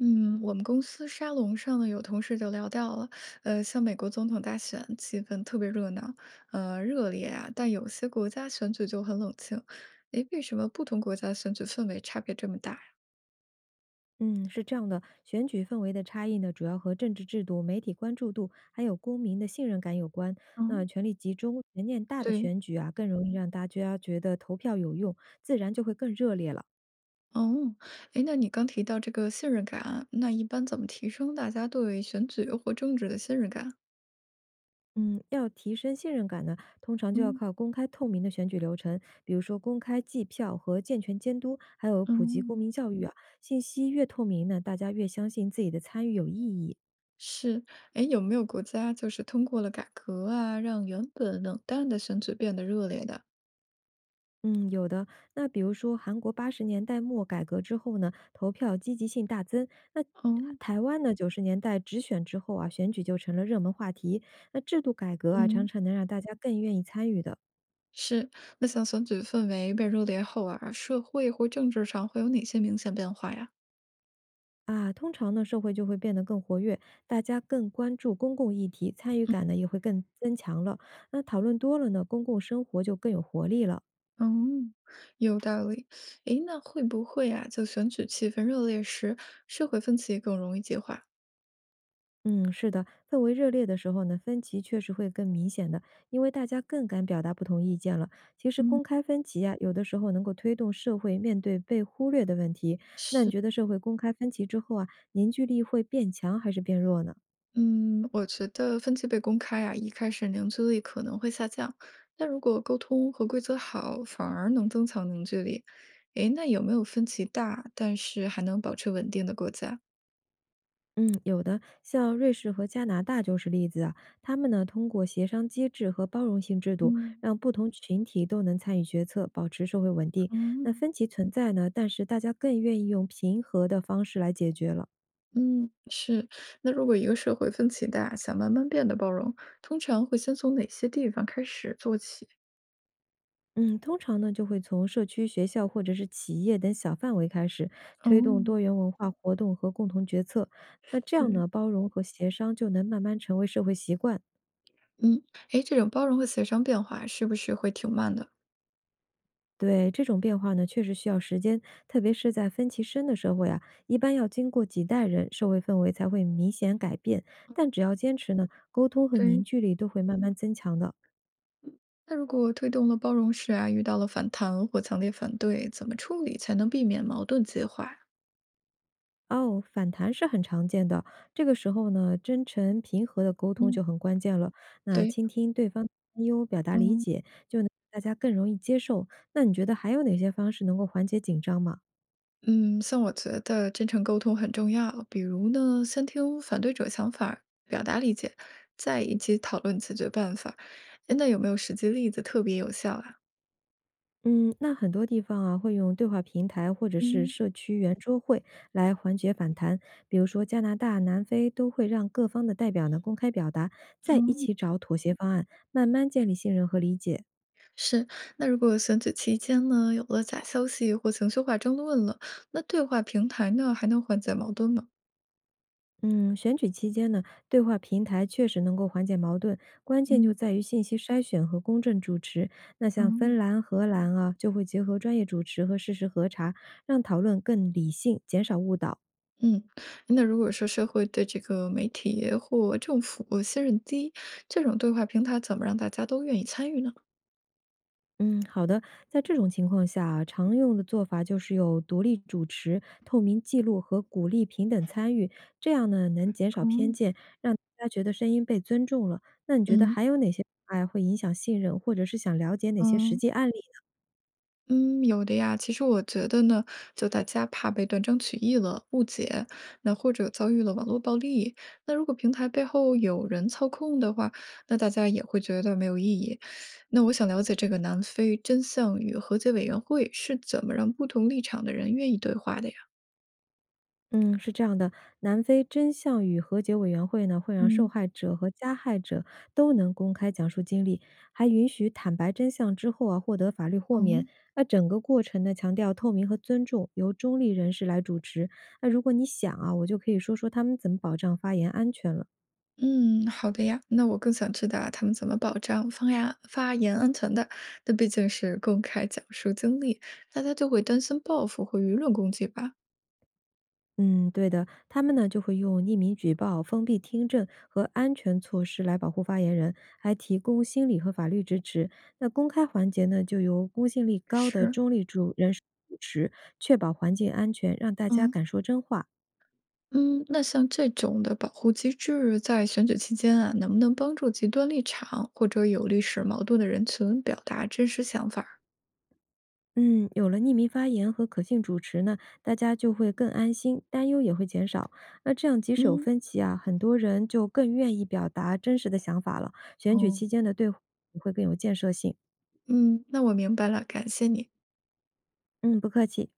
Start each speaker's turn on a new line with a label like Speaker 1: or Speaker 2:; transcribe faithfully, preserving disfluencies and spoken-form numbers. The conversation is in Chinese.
Speaker 1: 嗯，我们公司沙龙上呢，有同事就聊到了，呃，像美国总统大选，气氛特别热闹，呃，热烈啊，但有些国家选举就很冷清。诶，为什么不同国家选举氛围差别这么大呀？
Speaker 2: 嗯，是这样的，选举氛围的差异呢，主要和政治制度、媒体关注度，还有公民的信任感有关。那
Speaker 1: 嗯，
Speaker 2: 权力集中、悬念大的
Speaker 1: 对，
Speaker 2: 选举啊，更容易让大家觉得投票有用，自然就会更热烈了。
Speaker 1: 哦，诶，那你刚提到这个信任感啊，那一般怎么提升大家对选举或政治的信任感？
Speaker 2: 嗯，要提升信任感呢，通常就要
Speaker 1: 嗯。
Speaker 2: 靠公开透明的选举流程，比如说公开计票和健全监督，还有普及公
Speaker 1: 嗯，
Speaker 2: 民教育啊。信息越透明呢，大家越相信自己的参与有意义。
Speaker 1: 是，诶，有没有国家就是通过了改革啊，让原本冷淡的选举变得热烈的？
Speaker 2: 嗯，有的。那比如说，韩国八十年代末改革之后呢，投票积极性大增。那
Speaker 1: 哦，
Speaker 2: 台湾呢，九十年代直选之后啊，选举就成了热门话题。那制度改革啊，常
Speaker 1: 嗯。
Speaker 2: 常能让大家更愿意参与的
Speaker 1: 是，那像选举氛围被热烈后啊，社会或政治上会有哪些明显变化呀？
Speaker 2: 啊。通常呢，社会就会变得更活跃，大家更关注公共议题，参与感呢也会更增强了。那讨论多了呢，公共生活就更有活力了。
Speaker 1: 嗯，有道理。诶，那会不会啊，就选举气氛热烈时，社会分歧更容易激化？
Speaker 2: 嗯，是的，氛围热烈的时候呢，分歧确实会更明显的，因为大家更敢表达不同意见了。其实
Speaker 1: 嗯，
Speaker 2: 公开分歧啊，有的时候能够推动社会面对被忽略的问题。那你
Speaker 1: 是，
Speaker 2: 觉得社会公开分歧之后啊，凝聚力会变强还是变弱呢？
Speaker 1: 嗯，我觉得分歧被公开啊，一开始凝聚力可能会下降，但如果沟通和规则好，反而能增强凝聚力。诶，那有没有分歧大，但是还能保持稳定的国家？
Speaker 2: 嗯，有的，像瑞士和加拿大就是例子啊。他们呢，通过协商机制和包容性制度，
Speaker 1: 嗯。
Speaker 2: 让不同群体都能参与决策，保持社会稳定。那
Speaker 1: 嗯，
Speaker 2: 分歧存在呢，但是大家更愿意用平和的方式来解决了。
Speaker 1: 嗯，是。那如果一个社会分歧大，想慢慢变得包容，通常会先从哪些地方开始做起？
Speaker 2: 嗯，通常呢就会从社区、学校或者是企业等小范围开始
Speaker 1: 哦，
Speaker 2: 推动多元文化活动和共同决策。那这样
Speaker 1: 是，
Speaker 2: 呢，包容和协商就能慢慢成为社会习惯。
Speaker 1: 嗯，诶，这种包容和协商变化是不是会挺慢的？
Speaker 2: 对这种变化呢，确实需要时间，特别是在分歧深的社会啊，一般要经过几代人，社会氛围才会明显改变。但只要坚持呢，沟通和凝
Speaker 1: 对。
Speaker 2: 聚力都会慢慢增强的。
Speaker 1: 那如果推动了包容式啊，遇到了反弹或强烈反对，怎么处理才能避免矛盾激化？
Speaker 2: 哦，反弹是很常见的。这个时候呢，真诚平和的沟通就
Speaker 1: 嗯，
Speaker 2: 很关键了。那
Speaker 1: 对，
Speaker 2: 倾听对方的担忧，表达理
Speaker 1: 嗯。
Speaker 2: 解，就能大家更容易接受。那你觉得还有哪些方式能够缓解紧张吗？
Speaker 1: 嗯，像我觉得真诚沟通很重要，比如呢，先听反对者想法儿表达理解，再一起讨论解决办法儿。诶那有没有实际例子特别有效啊？
Speaker 2: 嗯，那很多地方啊会用对话平台或者是
Speaker 1: 嗯，
Speaker 2: 社区圆桌会来缓解反弹，比如说加拿大、南非都会让各方的代表呢公开表达，再一
Speaker 1: 嗯，
Speaker 2: 起找妥协方案，慢慢建立信任和理解。
Speaker 1: 是。那如果选举期间呢，有了假消息或情绪化争论了，那对话平台呢还能缓解矛盾吗？
Speaker 2: 嗯，选举期间呢，对话平台确实能够缓解矛盾，关键就
Speaker 1: 嗯，
Speaker 2: 在于信息筛选和公正主持。那
Speaker 1: 哦，
Speaker 2: 像芬兰、荷兰啊，就会结合专业主持和事实核查，让讨论更理性，减少误导。
Speaker 1: 嗯，那如果说社会对这个媒体或政府信任低，这种对话平台怎么让大家都愿意参与呢？
Speaker 2: 嗯，好的，在这种情况下啊，常用的做法就是有独立主持、透明记录和鼓励平等参与，这样呢能减少
Speaker 1: 哦。
Speaker 2: 偏见，让大家觉得声音被尊重了。那你觉得
Speaker 1: 嗯。
Speaker 2: 还有哪些障碍会影响信任，或者是想了解哪些实
Speaker 1: 嗯
Speaker 2: 际案例？
Speaker 1: 嗯，有的呀。其实我觉得呢，就大家怕被断章取义了、误解，那或者遭遇了网络暴力，那如果平台背后有人操控的话，那大家也会觉得没有意义。那我想了解这个南非真相与和解委员会是怎么让不同立场的人愿意对话的呀？
Speaker 2: 嗯，是这样的，南非真相与和解委员会呢，会让受
Speaker 1: 嗯，
Speaker 2: 害者和加害者都能公开讲述经历，还允许坦白真相之后啊，获得法律豁免。
Speaker 1: 嗯。
Speaker 2: 那整个过程呢，强调透明和尊重，由中立人士来主持。那如果你想啊，我就可以说说他们怎么保障发言安全了。
Speaker 1: 嗯，好的呀。那我更想知道啊他们怎么保障方呀发言安全的？那毕竟是公开讲述经历，大家就会担心报复和舆论攻击吧？
Speaker 2: 嗯，对的，他们呢就会用匿名举报、封闭听证和安全措施来保护发言人，还提供心理和法律支持。那公开环节呢，就由公信力高的
Speaker 1: 是，
Speaker 2: 中立主人士主持，确保环境安全，让大家
Speaker 1: 嗯
Speaker 2: 敢说真话。
Speaker 1: 嗯，那像这种的保护机制，在选举期间啊，能不能帮助极端立场或者有历史矛盾的人群表达真实想法儿
Speaker 2: 嗯，有了匿名发言和可信主持呢，大家就会更安心，担忧也会减少。那这样即使有
Speaker 1: 嗯
Speaker 2: 分歧啊，很多人就更愿意表达真实的想法了。选举
Speaker 1: 哦，
Speaker 2: 期间的对话也会更有建设性。
Speaker 1: 嗯，那我明白了，感谢你。
Speaker 2: 嗯，不客气。